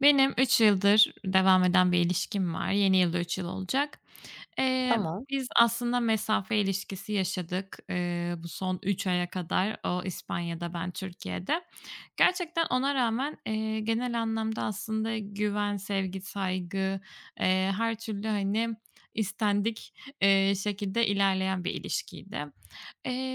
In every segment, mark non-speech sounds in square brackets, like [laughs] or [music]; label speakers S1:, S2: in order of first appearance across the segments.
S1: Benim 3 yıldır devam eden bir ilişkim var. Yeni yılda 3 yıl olacak. Eee,
S2: Tamam.
S1: biz aslında mesafe ilişkisi yaşadık, bu son 3 aya kadar. O İspanya'da, ben Türkiye'de. Gerçekten ona rağmen, genel anlamda aslında güven, sevgi, saygı, her türlü, hani, istendik, şekilde ilerleyen bir ilişkiydi.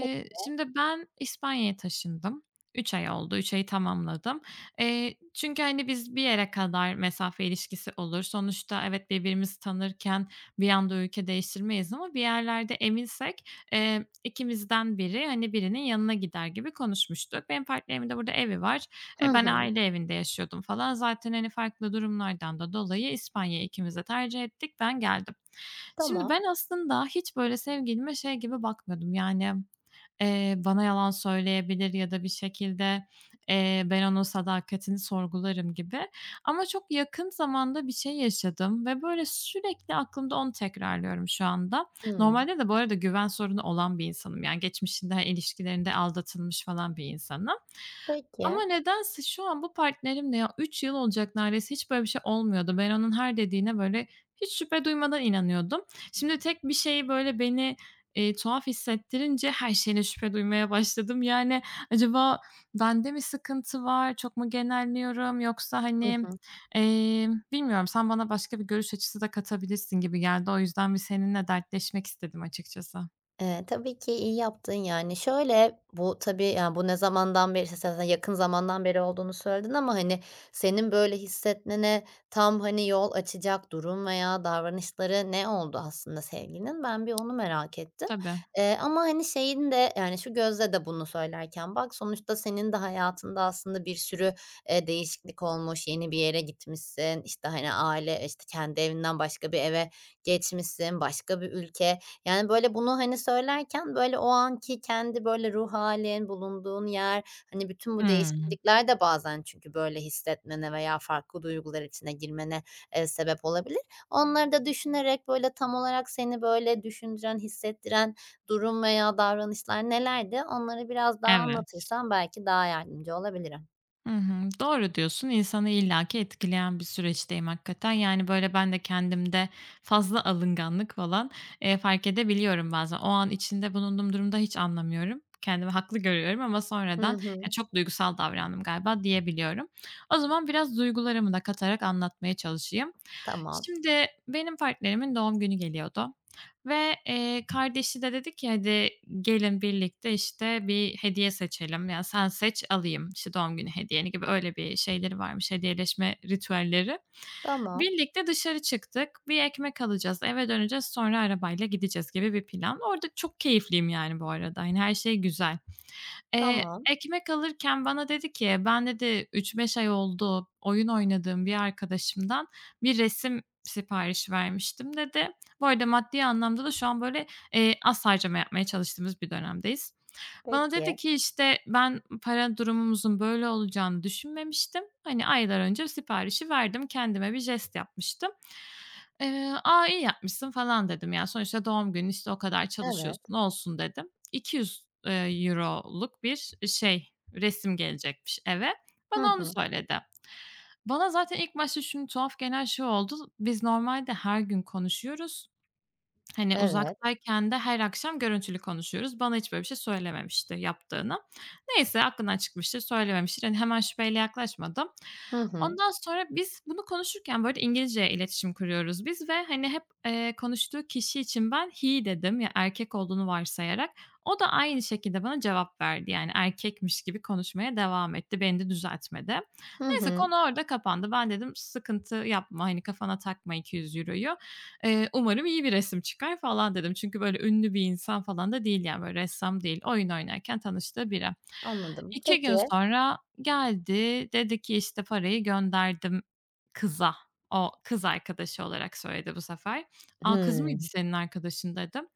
S2: Peki.
S1: şimdi ben İspanya'ya taşındım. 3 ay oldu, 3 ayı tamamladım. Çünkü, hani, biz bir yere kadar mesafe ilişkisi olur. Sonuçta evet, birbirimizi tanırken bir anda ülke değiştirmeyiz ama bir yerlerde eminsek, ikimizden biri, hani, birinin yanına gider gibi konuşmuştuk. Benim partnerimin de burada evi var.
S2: Hı
S1: E, ben
S2: hı.
S1: aile evinde yaşıyordum falan. Zaten, hani, farklı durumlardan da dolayı İspanya'yı ikimiz de tercih ettik. Ben geldim. Şimdi
S2: Tamam.
S1: ben aslında hiç böyle sevgilime şey gibi bakmıyordum, yani. Bana yalan söyleyebilir ya da bir şekilde, ben onun sadakatini sorgularım gibi. Ama çok yakın zamanda bir şey yaşadım ve böyle sürekli aklımda onu tekrarlıyorum şu anda.
S2: Hımm.
S1: Normalde de bu arada güven sorunu olan bir insanım. Yani geçmişinde ilişkilerinde aldatılmış falan bir insanım. Ama
S2: Peki.
S1: nedense şu an bu partnerimle ya 3 yıl olacak neredeyse hiç böyle bir şey olmuyordu. Ben onun her dediğine böyle hiç şüphe duymadan inanıyordum. Şimdi tek bir şeyi böyle beni tuhaf hissettirince her şeyine şüphe duymaya başladım. Yani, acaba bende mi sıkıntı var, çok mu genelliyorum yoksa,
S2: Hı
S1: hani,
S2: hı.
S1: bilmiyorum, sen bana başka bir görüş açısı da katabilirsin gibi geldi. O yüzden bir seninle dertleşmek istedim açıkçası.
S2: Tabii ki iyi yaptın, yani. Şöyle, bu tabii, yani, bu ne zamandan beri, işte, sen zaten yakın zamandan beri olduğunu söyledin ama, hani, senin böyle hissetmene tam, hani, yol açacak durum veya davranışları ne oldu aslında sevgilinin? Ben bir onu merak ettim.
S1: Tabii.
S2: Ama, hani, şeyin de, yani, şu gözle de bunu söylerken bak, sonuçta senin de hayatında aslında bir sürü, değişiklik olmuş, yeni bir yere gitmişsin, işte, hani, aile, işte, kendi evinden başka bir eve geçmişsin, başka bir ülke. Yani, böyle, bunu, hani, söylerken, böyle, o anki kendi, böyle, ruh halin, bulunduğun yer, hani, bütün bu
S1: Hımm.
S2: değişiklikler de bazen çünkü böyle hissetmene veya farklı duygular içine girmene, sebep olabilir. Onları da düşünerek, böyle, tam olarak seni, böyle, düşündüren, hissettiren durum veya davranışlar nelerdi? Onları biraz daha
S1: Evet.
S2: anlatırsan belki daha yardımcı olabilirim.
S1: Hı hı. Doğru diyorsun. İnsanı illaki etkileyen bir süreçteyim hakikaten. Yani, böyle, ben de kendimde fazla alınganlık falan, fark edebiliyorum bazen. O an içinde bulunduğum durumda hiç anlamıyorum. Kendimi haklı görüyorum ama sonradan,
S2: Hı
S1: "Ya,
S2: hı.
S1: çok duygusal davrandım galiba." diyebiliyorum. O zaman biraz duygularımı da katarak anlatmaya çalışayım.
S2: Tamam,
S1: Şimdi benim partnerimin doğum günü geliyordu ve, kardeşi de dedi ki, "Hadi gelin birlikte, işte, bir hediye seçelim. Yani sen seç, alayım, işte, doğum günü hediyeni." gibi öyle bir şeyleri varmış, hediyeleşme ritüelleri.
S2: tamam,
S1: Birlikte dışarı çıktık. Bir ekmek alacağız, eve döneceğiz, sonra arabayla gideceğiz gibi bir plan. Orada çok keyifliyim, yani, bu arada. Yani her şey güzel. Eee,
S2: tamam.
S1: ekmek alırken bana dedi ki, ben dedi üç beş ay oldu oyun oynadığım bir arkadaşımdan bir resim siparişi vermiştim dedi. Bu arada maddi anlamda da şu an böyle, az harcama yapmaya çalıştığımız bir dönemdeyiz. Bana
S2: Peki.
S1: dedi ki, işte, ben para durumumuzun böyle olacağını düşünmemiştim. Hani, aylar önce siparişi verdim, kendime bir jest yapmıştım. "A, iyi yapmışsın." falan dedim. "Ya, sonuçta doğum günü işte, o kadar
S2: Evet.
S1: çalışıyorsun, olsun." dedim. 200, Euro'luk bir şey, resim gelecekmiş eve.
S2: Hı
S1: Bana onu
S2: hı.
S1: söyledi. Bana zaten ilk başta şunu tuhaf gelen şey oldu. Biz normalde her gün konuşuyoruz. Hani,
S2: Evet.
S1: uzaktayken de her akşam görüntülü konuşuyoruz. Bana hiç böyle bir şey söylememişti yaptığını. Neyse, aklından çıkmıştır, söylememiştir. Hani, hemen şüpheyle yaklaşmadım.
S2: Hı hı.
S1: Ondan sonra biz bunu konuşurken böyle İngilizce iletişim kuruyoruz biz ve, hani, hep, konuştuğu kişi için ben "he" dedim ya erkek olduğunu varsayarak. O da aynı şekilde bana cevap verdi. Yani erkekmiş gibi konuşmaya devam etti. Beni de düzeltmedi.
S2: Hı
S1: Neyse,
S2: hı.
S1: konu orada kapandı. Ben dedim, "Sıkıntı yapma, hani, kafana takma €200'yu." Umarım iyi bir resim çıkar falan dedim. Çünkü böyle ünlü bir insan falan da değil yani, böyle ressam değil. Oyun oynarken tanıştığı biri.
S2: Anladım.
S1: 2
S2: Peki.
S1: gün sonra geldi, dedi ki, işte, parayı gönderdim kıza. O kız arkadaşı olarak söyledi bu sefer. "A, kız
S2: Hıı.
S1: mıydı senin arkadaşın?" dedim.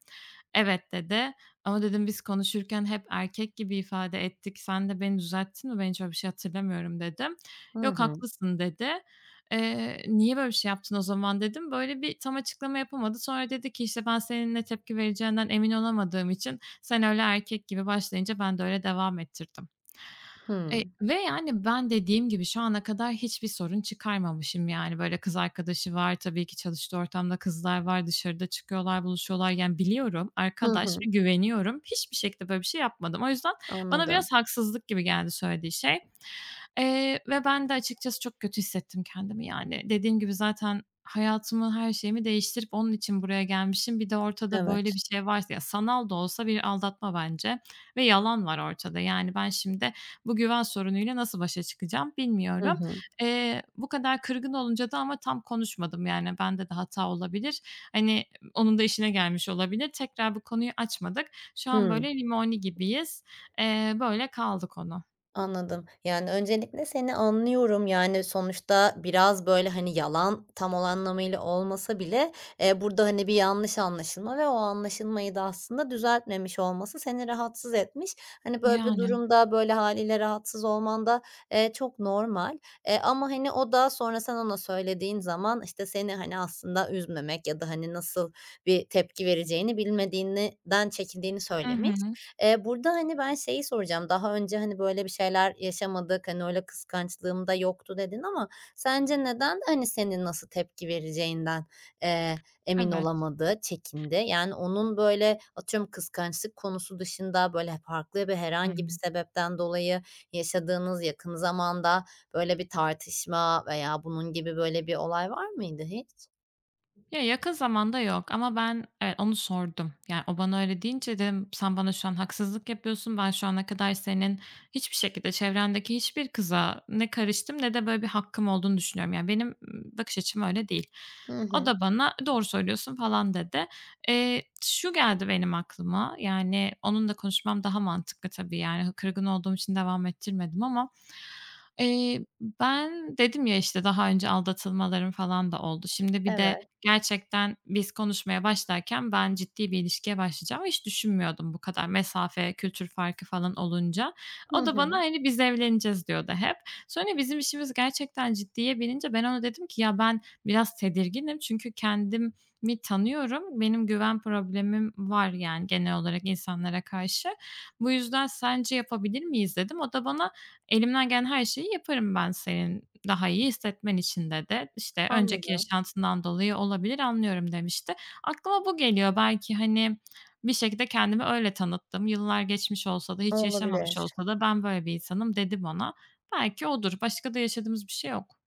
S1: "Evet." dedi. "Ama" dedim, "biz konuşurken hep erkek gibi ifade ettik. Sen de beni düzelttin mi? Ben hiç öyle bir şey hatırlamıyorum." dedim.
S2: Hı
S1: "Yok,
S2: hı.
S1: haklısın." dedi. "Niye böyle bir şey yaptın o zaman?" dedim. Böyle bir tam açıklama yapamadı. Sonra dedi ki, işte, "Ben senin ne tepki vereceğinden emin olamadığım için sen öyle erkek gibi başlayınca ben de öyle devam ettirdim."
S2: Hı.
S1: Ve yani ben dediğim gibi şu ana kadar hiçbir sorun çıkarmamışım. Yani, böyle, kız arkadaşı var, tabii ki çalıştığı ortamda kızlar var, dışarıda çıkıyorlar, buluşuyorlar. Yani, biliyorum,
S2: Hı
S1: arkadaş
S2: hı.
S1: ve güveniyorum. Hiçbir şekilde böyle bir şey yapmadım. O yüzden bana
S2: Anladım.
S1: biraz haksızlık gibi geldi söylediği şey, ve ben de açıkçası çok kötü hissettim kendimi. Yani, dediğim gibi zaten hayatımı, her şeyimi değiştirip onun için buraya gelmişim. Bir de ortada böyle
S2: Evet.
S1: bir şey varsa, ya, sanal da olsa bir aldatma bence ve yalan var ortada. Yani, ben şimdi bu güven sorunuyla nasıl başa çıkacağım
S2: Hı
S1: bilmiyorum.
S2: hı.
S1: Bu kadar kırgın olunca da ama tam konuşmadım, yani, bende de hata olabilir. Hani, onun da işine gelmiş olabilir. Tekrar bu konuyu açmadık. Şu an
S2: Hıı.
S1: böyle limoni gibiyiz. Böyle kaldı konu.
S2: Anladım. Yani, öncelikle seni anlıyorum. Yani, sonuçta biraz, böyle, hani, yalan tam olan anlamıyla olmasa bile, burada, hani, bir yanlış anlaşılma ve o anlaşılmayı da aslında düzeltmemiş olması seni rahatsız etmiş. Hani, böyle bir
S1: Yani.
S2: durumda, böyle, haliyle rahatsız olman da, çok normal. Ama, hani, o da sonra sen ona söylediğin zaman, işte, seni, hani, aslında üzmemek ya da, hani, nasıl bir tepki vereceğini bilmediğinden çekindiğini
S1: Hı
S2: söylemiş.
S1: hı.
S2: Burada, hani, ben şeyi soracağım, daha önce, hani, böyle bir şeyler yaşamadık, hani, öyle kıskançlığım da yoktu dedin ama sence neden, hani, senin nasıl tepki vereceğinden, eee, emin
S1: Evet.
S2: olamadı, çekindi? Yani onun böyle, atıyorum, kıskançlık konusu dışında, böyle, farklı bir herhangi bir
S1: Hıı.
S2: sebepten dolayı yaşadığınız yakın zamanda böyle bir tartışma veya bunun gibi böyle bir olay var mıydı hiç?
S1: Ya, yakın zamanda yok ama ben, evet, onu sordum. Yani, o bana öyle deyince dedim, "Sen bana şu an haksızlık yapıyorsun. Ben şu ana kadar senin hiçbir şekilde çevrendeki hiçbir kıza ne karıştım ne de böyle bir hakkım olduğunu düşünüyorum. Yani, benim, bakış açım öyle değil."
S2: Hı
S1: O
S2: hı.
S1: da bana, "Doğru söylüyorsun." falan dedi. Şu geldi benim aklıma, yani, onunla konuşmam daha mantıklı tabii, yani, kırgın olduğum için devam ettirmedim ama, eee, ben dedim ya, işte, daha önce aldatılmalarım falan da oldu. Şimdi bir de.
S2: Evet.
S1: Gerçekten biz konuşmaya başlarken ben ciddi bir ilişkiye başlayacağımı hiç düşünmüyordum bu kadar mesafe, kültür farkı falan olunca.
S2: Hı
S1: O da bana,
S2: hı.
S1: hani, "Biz evleneceğiz." diyordu hep. Sonra bizim işimiz gerçekten ciddiye binince ben ona dedim ki, "Ya, ben biraz tedirginim çünkü kendimi tanıyorum. Benim güven problemim var, yani, genel olarak insanlara karşı. Bu yüzden sence yapabilir miyiz?" dedim. O da bana, "Elimden gelen her şeyi yaparım ben senin daha iyi hissetmen için de, işte, önceki
S2: Anladım.
S1: yaşantından dolayı olabilir, anlıyorum demişti. Aklıma bu geliyor. Belki, hani, bir şekilde kendimi öyle tanıttım. Yıllar geçmiş olsa da, hiç yaşamamış
S2: Olabilir.
S1: olsa da "Ben böyle bir insanım." dedim ona. Belki odur. Başka da yaşadığımız bir şey yok.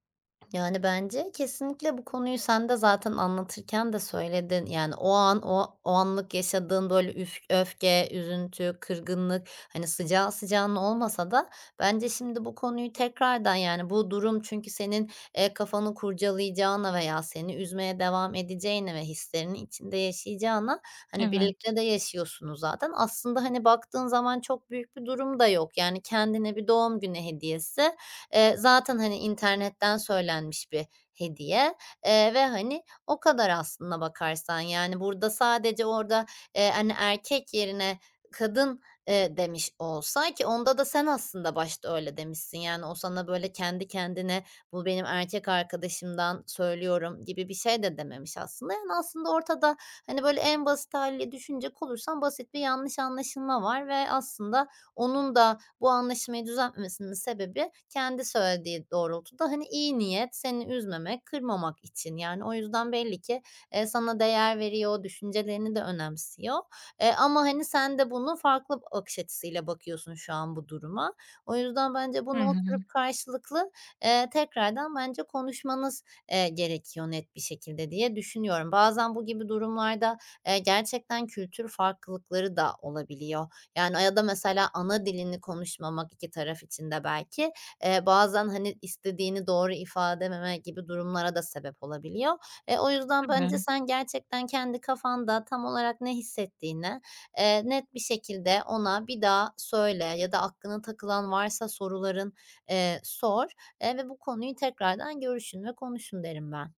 S2: Yani, bence kesinlikle bu konuyu sen de zaten anlatırken de söyledin. Yani, o an, o anlık yaşadığın, böyle, üf öfke, üzüntü, kırgınlık, hani, sıcağı sıcağına olmasa da bence şimdi bu konuyu tekrardan, yani, bu durum çünkü senin, kafanı kurcalayacağına veya seni üzmeye devam edeceğine ve hislerini içinde yaşayacağına, hani,
S1: Evet.
S2: birlikte de yaşıyorsunuz zaten. Aslında, hani, baktığın zaman çok büyük bir durum da yok. Yani, kendine bir doğum günü hediyesi. Zaten, hani, internetten söylenmiş bir hediye, ve, hani, o kadar aslına bakarsan. Yani, burada sadece orada, hani, erkek yerine kadın, demiş olsa ki onda da sen aslında başta öyle demişsin. Yani, o sana, böyle, kendi kendine "Bu benim erkek arkadaşımdan söylüyorum." gibi bir şey de dememiş aslında. Yani, aslında ortada, hani, böyle, en basit hâliyle düşünecek olursan basit bir yanlış anlaşılma var ve aslında onun da bu anlaşmayı düzeltmesinin sebebi kendi söylediği doğrultuda, hani, iyi niyet, seni üzmemek, kırmamak için. Yani, o yüzden belli ki, sana değer veriyor, düşüncelerini de önemsiyor, ama, hani, sen de bunu farklı bakış açısıyla bakıyorsun şu an bu duruma. O yüzden bence
S1: Hı
S2: bunu
S1: hı.
S2: oturup karşılıklı, tekrardan bence konuşmanız, gerekiyor net bir şekilde diye düşünüyorum. Bazen bu gibi durumlarda, gerçekten kültür farklılıkları da olabiliyor. Yani, ya da mesela ana dilini konuşmamak iki taraf için de belki, bazen, hani, istediğini doğru ifade edememe gibi durumlara da sebep olabiliyor. E, o yüzden bence
S1: Tabii.
S2: sen gerçekten kendi kafanda tam olarak ne hissettiğini, net bir şekilde ona bir daha söyle ya da aklına takılan varsa soruların, sor, ve bu konuyu tekrardan görüşün ve konuşun derim ben.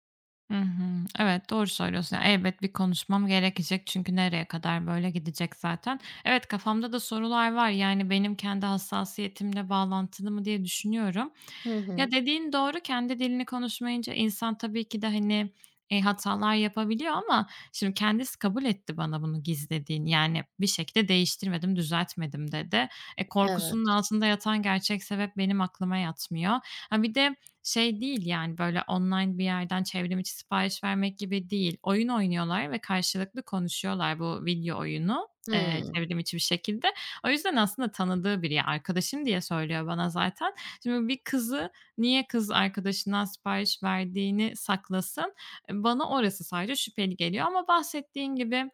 S1: Hı hı. Evet, doğru söylüyorsun. Ya, elbet bir konuşmam gerekecek çünkü nereye kadar böyle gidecek zaten. Evet, kafamda da sorular var. Yani benim kendi hassasiyetimle bağlantılı mı diye düşünüyorum.
S2: Hı hı.
S1: Ya, dediğin doğru, kendi dilini konuşmayınca insan tabii ki de, hani, hatalar yapabiliyor ama şimdi kendisi kabul etti bana bunu gizlediğini. Yani bir şekilde değiştirmedim, düzeltmedim dedi. E, korkusunun
S2: Evet.
S1: altında yatan gerçek sebep benim aklıma yatmıyor. Ha, bir de şey değil, yani, böyle, online bir yerden çevrim içi sipariş vermek gibi değil. Oyun oynuyorlar ve karşılıklı konuşuyorlar bu video oyunu,
S2: Hı
S1: çevrim içi bir şekilde. O yüzden aslında tanıdığı biri. Ya, arkadaşım diye söylüyor bana zaten. Şimdi bir kızı niye kız arkadaşından sipariş verdiğini saklasın? Bana orası sadece şüpheli geliyor ama bahsettiğin gibi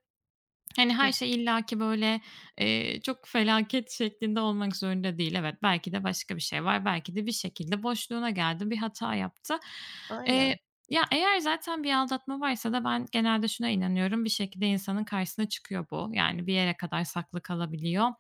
S1: hani,
S2: Hı.
S1: her şey illaki, böyle, çok felaket şeklinde olmak zorunda değil. Evet, belki de başka bir şey var. Belki de bir şekilde boşluğuna geldi, bir hata yaptı. Eee,
S2: Aynen.
S1: ya, eğer zaten bir aldatma varsa da ben genelde şuna inanıyorum, bir şekilde insanın karşısına çıkıyor bu. Yani, bir yere kadar saklı kalabiliyor.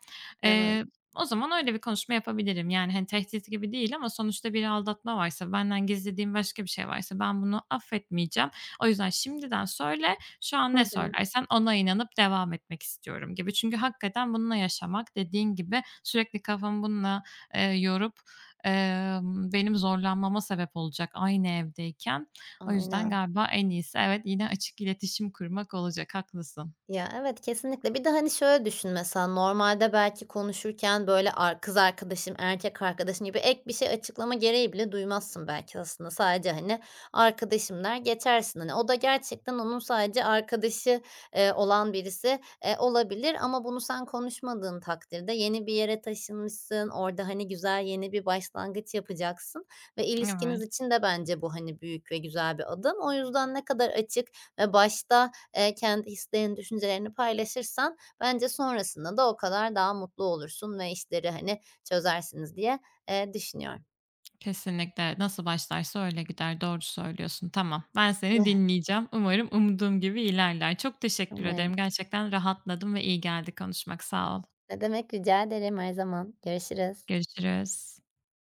S2: Evet.
S1: Eee, o zaman öyle bir konuşma yapabilirim. Yani, hani, tehdit gibi değil ama sonuçta bir aldatma varsa, benden gizlediğim başka bir şey varsa ben bunu affetmeyeceğim. O yüzden şimdiden söyle, şu an
S2: Hı
S1: ne
S2: hı.
S1: söylersen ona inanıp devam etmek istiyorum gibi. Çünkü hakikaten bununla yaşamak dediğin gibi sürekli kafamı bununla, yorup, benim zorlanmama sebep olacak aynı evdeyken. O yüzden
S2: Aynen.
S1: galiba en iyisi evet, yine açık iletişim kurmak olacak. Haklısın.
S2: Ya, evet, kesinlikle. Bir de, hani, şöyle düşün mesela, normalde belki konuşurken, böyle, ar kız arkadaşım, erkek arkadaşım gibi ek bir şey açıklama gereği bile duymazsın belki aslında. Sadece, hani, arkadaşım der geçersin. Hani, o da gerçekten onun sadece arkadaşı, olan birisi, olabilir ama bunu sen konuşmadığın takdirde yeni bir yere taşınmışsın, orada, hani, güzel yeni bir başlangıç yapacaksın ve ilişkiniz
S1: Evet,
S2: için de bence bu, hani, büyük ve güzel bir adım. O yüzden ne kadar açık ve başta kendi hislerini, düşüncelerini paylaşırsan bence sonrasında da o kadar daha mutlu olursun ve işleri, hani, çözersiniz diye, düşünüyorum.
S1: kesinlikle. Nasıl başlarsa öyle gider. Doğru söylüyorsun. Tamam, ben seni
S2: [laughs]
S1: dinleyeceğim. Umarım umduğum gibi ilerler. Çok teşekkür
S2: Umarım.
S1: ederim. Gerçekten rahatladım ve iyi geldi konuşmak. Sağ ol.
S2: Ne demek, rica ederim her zaman. Görüşürüz.
S1: Görüşürüz.